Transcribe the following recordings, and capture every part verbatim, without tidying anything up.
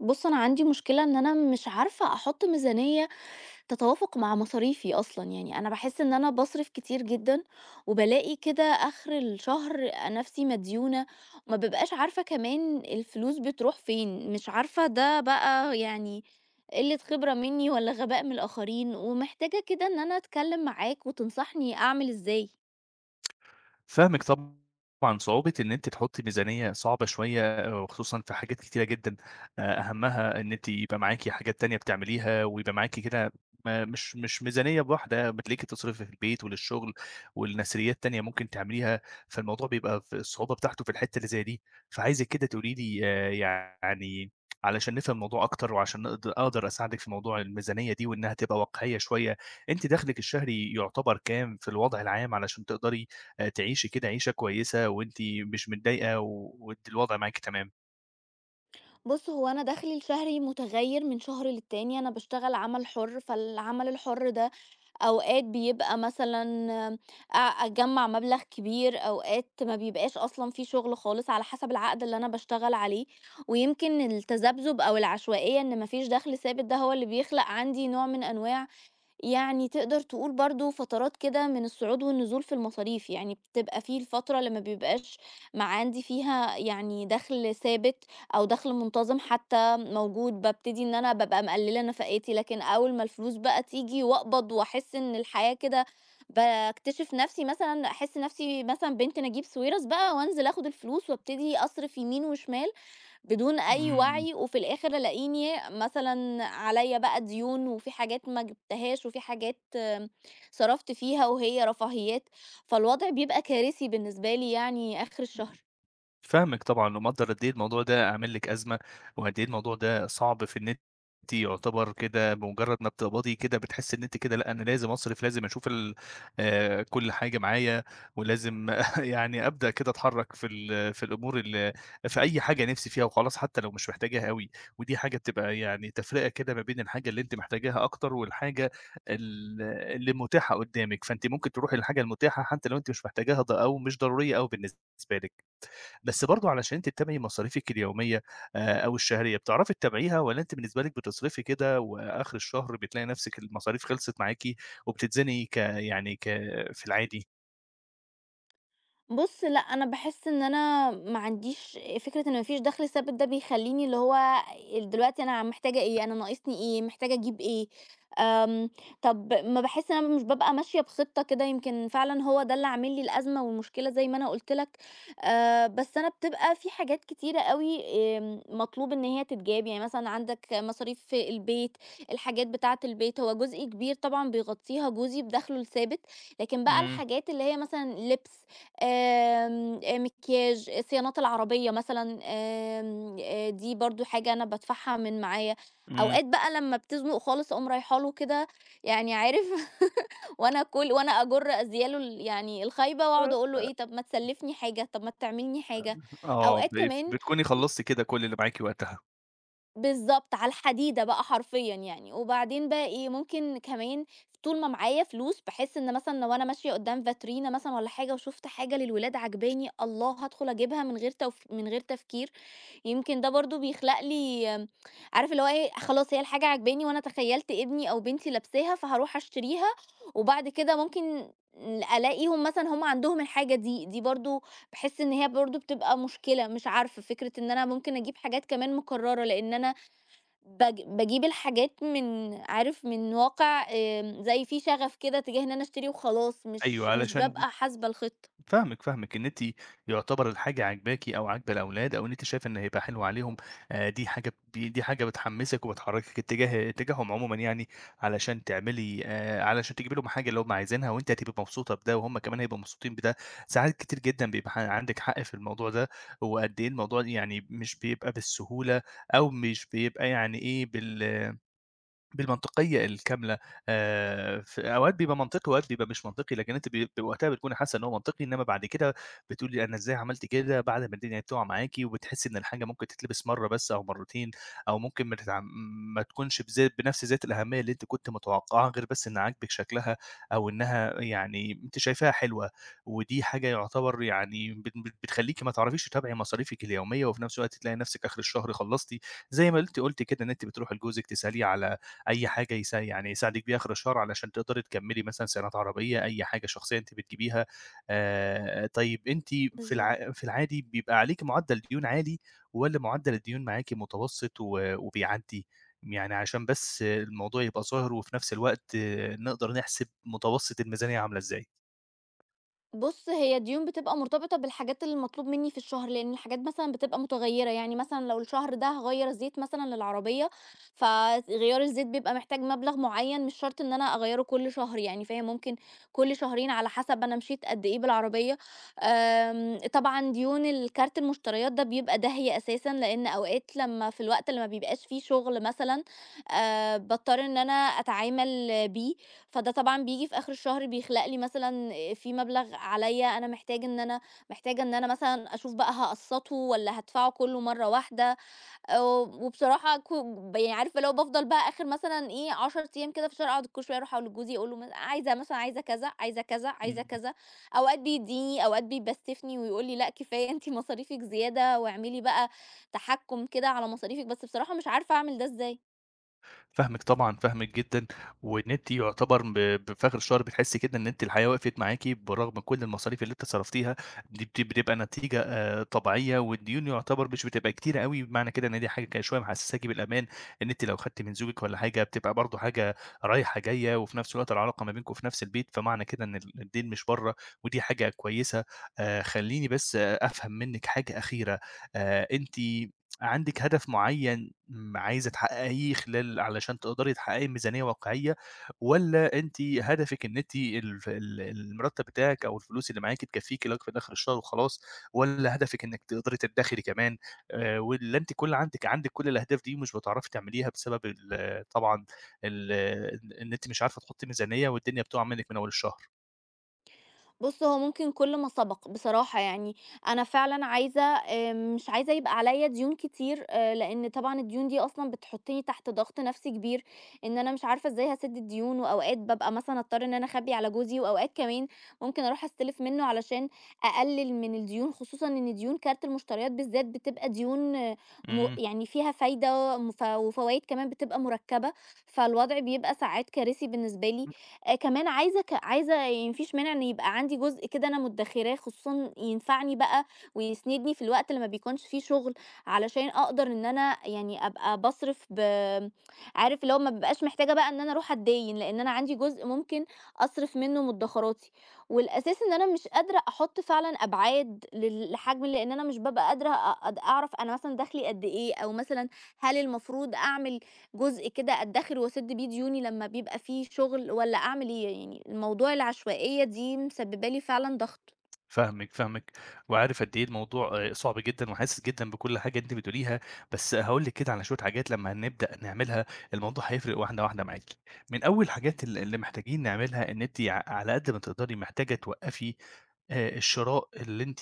بُص، أنا عندي مشكلة إن أنا مش عارفة أحُط ميزانية تتوافق مع مصاريفي أصلًا، يعني أنا باحس إن أنا باصرف كتير جدًا، وبالاقي كده آخر الشهر نَفْسي مديونة، ما بابقاش عارفة كمان الفلوس بتروح فين، مش عارفة ده بقى يعني قِلّة خبرة منّي والّا غباء من الآخرين، ومحتاجة كده إن أنا أتكلّم معاك وتنصحني أعمل إزاي. فاهمِك طبعًا صعوبة إن أنتِ تحطّي ميزانية صعبة شوية، وخصوصًا في حاجات كتيرة جدًا. آآ أهمها إن أنتِ يبقى معاكِ حاجات تانية بتعمليها، ويبقى معاكِ كده ما مش مش ميزانية واحدة، بتلاقيكِ بتصرفي في البيت وللشغل ولنسريات تانية ممكن تعمليها. فالموضوع بيبقى في الصعوبة بتاعته في الحتّة اللي زي دي، فعايزِك كده تقولي لي، آآ يعني علشان نفهم الموضوع أكتر، وعشان نقد أقدر أساعدِك في موضوع الميزانية دي، وإنها تبقى واقعية شوية. أنتِ دخلِك الشهري يعتبر كام في الوضع العام، علشان تقدري آآ تعيشي كده عيشة كويسة، وأنتِ مش متضايقة، و وأنتِ الوضع معاكِ تمام. بُص، هو أنا دخلي الشهري متغيّر من شهر للتاني، أنا باشتغل عمل حُر، فالعمل الحُر ده أوقات بيبقى مثلًا أ أجمّع مبلغ كبير، أوقات ما بيبقاش أصلًا في شغل خالص على حسب العقد اللي أنا باشتغل عليه، ويمكن التذبذب أو العشوائية إن ما فيش دخل ثابت ده هو اللي بيخلق عندي نوع من أنواع يعني تقدر تقول برضه فترات كده من الصعود والنزول في المصاريف يعني بتبقى في الفترة اللي ما بيبقاش ما عندي فيها يعني دخل ثابت أو دخل منتظم حتى موجود ببتدي إن أنا ببقى مقللة نفقاتي لكن أول ما الفلوس بقى تيجي وأقبض وأحس إن الحياة كده بكتشف نفسي مثلا أحس نفسي مثلا بنت نجيب ساويرس بقى وأنزل أخد الفلوس وأبتدي أصرف يمين وشمال بدون أي إمم. وعي وفي الآخر ألاقيني مثلًا عليّا بقى ديون وفي حاجات ما جبتهاش وفي حاجات آمم، صرفت فيها وهي رفاهيات، فالوضع بيبقى كارثي بالنسبة لي يعني آخر الشهر. فاهمِك طبعًا، ومقدّر قد إيه الموضوع ده عامل لِك أزمة، وقد إيه الموضوع ده صعب في إن أنتِ، يعتبر كده، بمجرد ما بتقبضي كده بتحسّي إن أنتِ كده لأ، أنا لازم أصرف، لازم أشوف ال آآ، كل حاجة معايا. ولازم يعني أبدأ كده أتحرّك في ال في الأمور، ال في أي حاجة نِفْسي فيها وخلاص، حتى لو مش محتاجاها أوي. ودي حاجة بتبقى، يعني تفرقة كده ما بين الحاجة اللي أنتِ محتاجاها أكتر، والحاجة ال اللي متاحة قدّامِك، فأنتِ ممكن تروحي للحاجة المتاحة حتى لو أنتِ مش محتاجاها، ض أو مش ضرورية أوي بالنسبة لِك. بس برضه علشان تتابعي مصاريفِك اليومية آآ أو الشهرية، بتعرفي تتابعيها؟ والّا أنتِ بالنسبة لِك بتصرفي كده وآخر الشهر بتلاقي نفسِك المصاريف خلصت معاكِ، وبتتزنقي ك يعني ك في العادي؟ بُص، لأ، أنا باحس إن أنا ما عنديش فكرة إن ما فيش دخل ثابت ده بيخلّيني اللي هو دلوقتي أنا محتاجة إيه، أنا ناقصني إيه، محتاجة أجيب إيه، آمم، طب ما باحس إن أنا مش بابقى ماشية بخطة كده يمكن فعلًا هو ده اللي عامل لي الأزمة والمشكلة زي ما أنا قُلت لك، آآ، بس أنا بتبقى في حاجات كتيرة أوي آمم، مطلوب إن هي تتجاب، يعني مثلًا عندك مصاريف في البيت، الحاجات بتاعة البيت، هو جزء كبير طبعًا بيغطيها جوزي بدخله الثابت، لكن بقى إمم، الحاجات اللي هي مثلًا لبس آمم، آآ مكياج، آه، صيانات العربية مثلًا آمم، آآ دي برضه حاجة أنا بادفعها من معايا. إمم. أوقات بقى لمّا بتزنق خالص أقوم رايحة له كده يعني عارف وأنا كل وأنا أجُر أذياله ال يعني الخايبة وأقعد أقول له إيه، طب ما تسلّفني حاجة، طب ما تعمل لي حاجة. آه، أوقات ب كمان بتكوني خلصتِ كده كل اللي معاكِ وقتها. بالضبط، على الحديدة بقى حرفيًا يعني، وبعدين بقى إيه، ممكن كمان طول ما معايا فلوس باحس إن مثلًا لو أنا ماشية قدّام فاترينا مثلًا والّا حاجة وشُفت حاجة للولاد عاجباني، الله هادخل أجيبها من غير توف من غير تفكير، يمكن ده برضه بيخلق لي آمم، عارف اللي هو إيه، خلاص هي الحاجة عاجباني وأنا تخيّلت ابني أو بنتي لابساها فهاروح أشتريها، وبعد كده ممكن ألاقيهم مثلًا هُم عندهم الحاجة دي، دي برضه باحس إن هي برضه بتبقى مشكلة، مش عارفة، فكرة إن أنا ممكن أجيب حاجات كمان مكررة لإن أنا باج باجيب الحاجات من عارف من واقع آمم، زي في شغف كده تجاه إن أنا أشتري وخلاص، أيوه. مش مش علشان بابقى حاسبة الخطة. فاهمِك، فاهمِك، إن أنتِ يُعتبر الحاجة عاجباكِ أو عاجبة الأولاد، أو إن أنتِ شايفة إن هيبقى حلو عليهم. آآ دي حاجة ب دي حاجة بتحمّسِك وبتحرّكِك اتجاه اتجاههم عمومًا، يعني علشان تعملي آآ علشان تجيبي لهم حاجة اللي هم عايزينها، وأنتِ هتبقي مبسوطة بده وهم كمان هيبقوا مبسوطين بده. ساعات كتير جدًا بيبقى ح عندِك حق في الموضوع ده، وقد إيه الموضوع يعني مش بيبقى بالسهولة، أو مش بيبقى يعني إيه، بال بالمنطقية الكاملة. آآ، ف أوقات بيبقى منطقي وأوقات بيبقى مش منطقي، لكن أنتِ ب وقتها بتكوني حاسة إن هو منطقي، إنما بعد كده بتقولي أنا إزاي عملت كده، بعد ما الدنيا تُقع معاكِ. وبتحسي إن الحاجة ممكن تتلبس مرة بس أو مرتين، أو ممكن ما تتع ما تكونش بذا بنفس ذات الأهمية اللي أنتِ كنتِ متوقعاها، غير بس إن عاجبِك شكلها، أو إنها يعني أنتِ شايفاها حلوة. ودي حاجة يعتبر يعني بت بت بتخليكِ ما تعرفيش تتابعي مصاريفِك اليومية، وفي نفس الوقت تلاقي نفسِك آخر الشهر خلّصتِ. زي ما أنتِ قلتِ كده إن أنتِ بتروحي لجوزِك تسأليه على أي حاجة يسا يعني يساعدِك بيها آخر الشهر، علشان تقدري تكمّلي مثلًا صيانات عربية، أي حاجة شخصية أنتِ بتجيبيها. آآ طيب أنتِ في بالضبط. الع في العادي بيبقى عليكِ معدّل ديون عالي، والّا معدّل الديون معاكِ متوسط و وبيعدّي؟ يعني عشان بس الموضوع يبقى ظاهر، وفي نفس الوقت آه، نقدر نحسب متوسط الميزانية عاملة إزاي. بُص، هي ديون بتبقى مرتبطة بالحاجات اللي المطلوب منّي في الشهر، لإن الحاجات مثلًا بتبقى متغيّرة، يعني مثلًا لو الشهر ده هاغيّر زيت مثلًا للعربية، فغيار الزيت بيبقى محتاج مبلغ معيّن مش شرط إن أنا أغيّره كل شهر يعني فاهم، ممكن كل شهرين على حسب أنا مشيت قد إيه بالعربية، آمم، طبعًا ديون الكارت المشتريات ده بيبقى داهية أساسًا، لإن أوقات لمّا في الوقت اللي ما بيبقاش فيه شغل مثلًا، آآ، باضطر إن أنا أتعامل بيه، فده طبعًا بييجي في آخر الشهر بيخلق لي مثلًا آآ في مبلغ عليّا أنا محتاج إن أنا محتاجة إن أنا مثلًا أشوف بقى هاقسّطه والّا هادفعه كلّه مرّة واحدة، آآ وبصراحة كو ب يعني عارف اللي هو بافضل بقى آخر مثلًا إيه عشرة أيام كده في الشهر أقعد كل شوية أروح أقول لجوزي أقول له مث عايزة مثلًا عايزة كذا، عايزة كذا، عايزة كذا، أوقات بيدّيني، أوقات بيبستفني ويقول لي: "لأ كفاية أنتِ مصاريفِك زيادة واعملي بقى تحكُّم كده على مصاريفِك." بس بصراحة مش عارفة أعمل ده إزاي. فاهمِك طبعًا، فاهمِك جدًا. وإن أنتِ يُعتبر، ب بفي آخر الشهر بتحسّي كده إن أنتِ الحياة وقفت معاكِ، برغم كل المصاريف اللي أنتِ صرفتيها، دي بت بتبقى نتيجة آآ طبيعية. والديون يُعتبر مش بتبقى كتيرة أوي، بمعنى كده إن دي حاجة كده شوية محسّساكِ بالأمان، إن أنتِ لو خدتِ من زوجِك والّا حاجة بتبقى برضه حاجة رايحة جاية، وفي نفس الوقت العلاقة ما بينكم في نفس البيت، فمعنى كده إن ال الدين مش برّه، ودي حاجة كويسة. آآ خلّيني بس أفهم منِّك حاجة أخيرة. آآ أنتِ عندِك هدف معيّن م عايزة تحققيه خلال، علشان تقدري تحققي ميزانية واقعية؟ والّا أنتِ هدفِك إن أنتِ الف ال المرتب بتاعِك أو الفلوس اللي معاكِ تكفّيكِ لغاية في آخر الشهر وخلاص؟ والّا هدفِك إنِّك تقدري تدخري كمان؟ آآ، والّا أنتِ كل عندِك عندِك كل الأهداف دي، ومش بتعرفي تعمليها بسبب ال طبعًا ال إن أنتِ مش عارفة تحطّي ميزانية، والدنيا بتُقع منِّك من أول الشهر؟ بُص، هو ممكن كل ما سبق بصراحة يعني، أنا فعلًا عايزة آآ مش عايزة يبقى عليّا ديون كتير، آآ لإن طبعًا الديون دي أصلًا بتحطّني تحت ضغط نَفْسي كبير، إن أنا مش عارفة إزاي هاسِدّ الديون، وأوقات بابقى مثلًا أضطر إن أنا أخبّي على جوزي، وأوقات كمان ممكن أروح أستلف منّه علشان أقلِّل من الديون، خصوصًا إن ديون كارت المشتريات بالذات بتبقى ديون آه، م إمم. يعني فيها فايدة م ف وفوايد كمان بتبقى مُركّبة، فالوضع بيبقى ساعات كارثي بالنسبة لي، آآ كمان عايزة ك عايزة يعني ما فيش مانع إن يبقى عندي جزء كده أنا مدّخراه، خصوصًا ينفعني بقى ويسندني في الوقت اللي ما بيكونش فيه شغل، علشان أقدر إن أنا يعني أبقى باصرف ب عارف اللي هو ما بابقاش محتاجة بقى إن أنا أروح أتداين، لإن أنا عندي جزء ممكن أصرف منه مدّخراتي، والأساس إن أنا مش قادرة أحُط فعلًا أبعاد لل لحجم لإن أنا مش بابقى قادرة أ أد أعرف أنا مثلًا دخلي قد إيه، أو مثلًا هل المفروض أعمل جزء كده أدخر وأسد بيه ديوني لما بيبقى في شغل والّا أعمل إيه؟ يعني الموضوع العشوائية دي مسببة لي فعلًا ضغط. فاهمِك، فاهمِك. وعارف قد إيه الموضوع آآ صعب جدًا، وحاسس جدًا بكل حاجة أنتِ بتقوليها. بس هاقول لِك كده على شوية حاجات، لمّا هنبدأ نعملها الموضوع هيفرق واحدة واحدة معاكِ. من أول الحاجات ال اللي محتاجين نعملها، إن أنتِ ع على قد ما تقدري محتاجة توقّفي آآ الشراء اللي أنتِ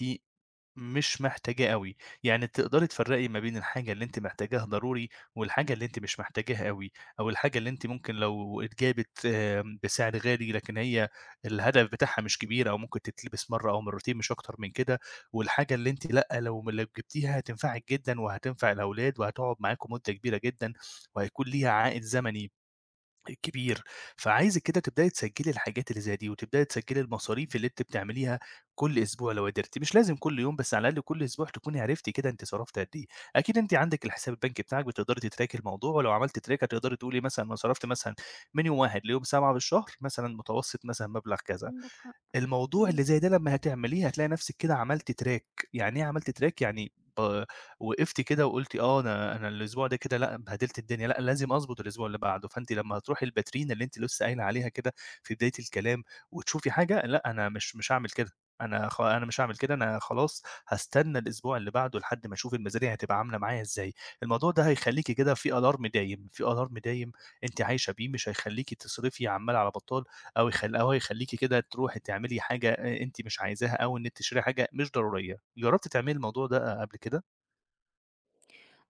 مش محتاجاه أوي. يعني تقدري تفرّقي ما بين الحاجة اللي أنتِ محتاجاها ضروري، والحاجة اللي أنتِ مش محتاجاها أوي، أو الحاجة اللي أنتِ ممكن لو اتجابت آمم، بسعر غالي، لكن هي الهدف بتاعها مش كبير، أو ممكن تتلبس مرّة أو مرّتين مش أكتر من كده، والحاجة اللي أنتِ لأ، لو م لو جبتيها هتنفعِك جدًا، وهتنفع الأولاد، وهتقعد معاكم مدة كبيرة جدًا، وهيكون ليها عائد زمني كبير. فعايزِك كده تبدئي تسجّلي الحاجات اللي زي دي، وتبدئي تسجّلي المصاريف اللي أنتِ بتعمليها كل أسبوع لو قدرتِ، مش لازم كل يوم، بس على الأقل كل أسبوع تكوني عرفتِ كده أنتِ صرفتِ قد إيه. أكيد أنتِ عندِك الحساب البنكي بتاعِك، بتقدري تتراكي الموضوع، ولو عملتِ تراكة تقدري تقولي مثلًا أنا صرفت مثلًا من يوم واحد ليوم سبعة بالشهر مثلًا متوسط مثلًا مبلغ كذا. عندك حق، الموضوع اللي إمم. زي ده لمّا هتعمليه هتلاقي نفسِك كده عملتِ track، يعني إيه عملتِ track؟ يعني ب وقفتِ كده وقلتِ آه، أنا أنا الأسبوع ده كده لأ بهدلت الدنيا، لأ لازم أضبط الأسبوع اللي بعده. فأنتِ لمّا هتروحي الباترينا اللي أنتِ لسه قايلة عليها كده في بداية الكلام وتشوفي حاجة، لأ أنا مش مش هاعمل كده، أنا خ أنا مش هاعمل كده. أنا خلاص هاستنى الأسبوع اللي بعده، لحد ما أشوف الميزانية هتبقى عاملة معايا إزاي. الموضوع ده هيخلّيكِ كده في alarm دايم، في alarm دايم أنتِ عايشة بيه، مش هيخلّيكِ تصرفي عمّال على بطال. أو يخل إمم. أو يخلّيكِ كده تروحي تعملي حاجة أ أنتِ مش عايزاها، أو إنِّك تشتري حاجة مش ضرورية. جرّبتِ تعملي الموضوع ده قبل كده؟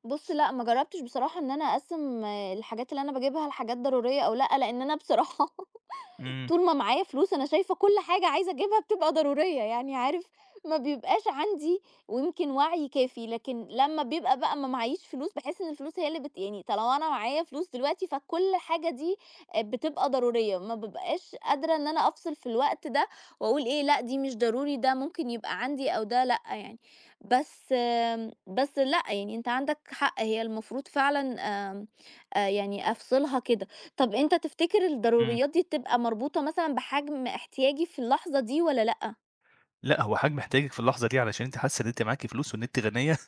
بُص لأ، ما جربتش بصراحة إن أنا أقسّم آه، الحاجات اللي أنا باجيبها لحاجات ضرورية أو لأ، لإن أنا بصراحة إمم، طول ما معايا فلوس أنا شايفة كل حاجة عايزة أجيبها بتبقى ضرورية، يعني عارف ما بيبقاش عندي ويمكن وعي كافي، لكن لمّا بيبقى بقى ما معييش فلوس، باحس إن الفلوس هي اللي بت يعني طالما أنا معايا فلوس دلوقتي فكل حاجة دي آآ بتبقى ضرورية، ما بابقاش قادرة إن أنا أفصل في الوقت ده وأقول إيه لأ دي مش ضروري، ده ممكن يبقى عندي أو ده لأ يعني. بس آمم، بس لأ، يعني أنت عندك حق، هي المفروض فعلًا آمم، آآ يعني أفصلها كده. طب أنت تفتكر إمم. الضروريات دي بتبقى مربوطة مثلًا بحجم احتياجي في اللحظة دي والّا لأ؟ لأ، هو حجم احتياجِك في اللحظة دي، علشان أنتِ حاسة إن أنتِ معاكِ فلوس وإن أنتِ غنية،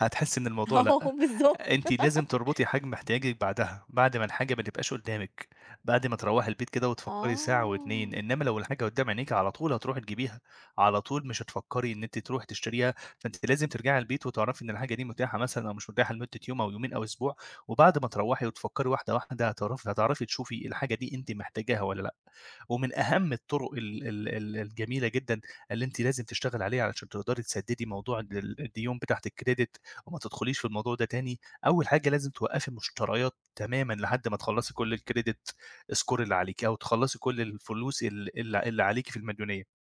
هتحسّي إن الموضوع آه لأ. بالضبط. أنتِ لازم تربطي حجم احتياجِك بعدها، بعد ما الحاجة ما تبقاش قدّامِك، بعد ما تروّحي البيت كده وتفكّري ساعة و2. آه، إنّما لو الحاجة قدّام عينيكِ على طول هتروحي تجيبيها، على طول مش هتفكّري إن أنتِ تروحي تشتريها. فأنتِ لازم ترجعي البيت وتعرفي إن الحاجة دي متاحة مثلًا أو مش متاحة لمدة يوم أو يومين أو أسبوع، وبعد ما تروّحي وتفكّري واحدة واحدة هتعرفي هتعرفي تشوفي الحاجة دي أنتِ محتاجاها والّا لأ. ومن أهم الطرق ال ال ال الجميلة جدًا اللي أنتِ لازم تشتغلي عليها، علشان تقدري تسدّدي موضوع ال الديون بتاعة الcredit، وما تدخليش في الموضوع ده تاني. أول حاجة لازم توقّفي المشتريات تمامًا، لحد ما تخلّصي كل الcredit score اللي عليكِ، أو تخلّصي كل الفلوس ال اللي اللي عليكِ في المديونية.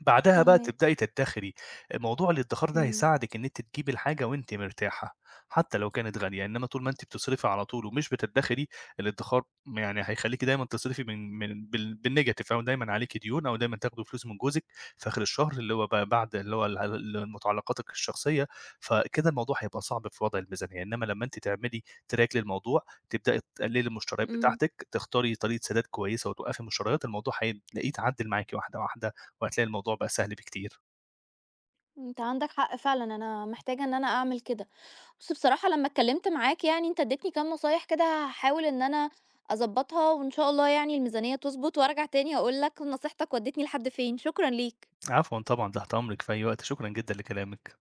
بعدها بقى فاهماك، تبدأي تدخري. موضوع الادخار ده إمم، هيساعدِك إن أنتِ تجيبي الحاجة وأنتِ مرتاحة، حتى لو كانت غالية. إنما طول ما أنتِ بتصرفي على طول ومش بتدخري، الادخار يعني هيخليكِ دايمًا تصرفي من من بال بالنيجاتيف، أو دايمًا عليكِ ديون، أو دايمًا تاخدي فلوس من جوزِك في آخر الشهر، اللي هو بقى بعد اللي هو ال ال متعلقاتِك الشخصية. فكده الموضوع هيبقى صعب في وضع الميزانية، إنما لما أنتِ تعملي track للموضوع، تبدأي تقللي المشتريات إمم، بتاعتِك، تختاري طريقة سداد كويسة وتوقفي مشتريات، الموضوع هتلاقيه اتعدل معاكِ واحدة واحدة. وهتلاقي الموضوع بقى سهل بكتير. أنت عندك حق فعلًا، أنا محتاجة إن أنا أعمل كده. بُص بصراحة لمّا اتكلمت معاك يعني أنت اديتني كام نصايح كده هاحاول إن أنا أضبّطها وإن شاء الله يعني الميزانية تضبط وأرجع تاني أقول لك نصيحتك ودتني لحد فين، شكرًا ليك. عفوًا طبعًا، تحت أمرِك في أي وقت، شكرًا جدًا لكلامِك.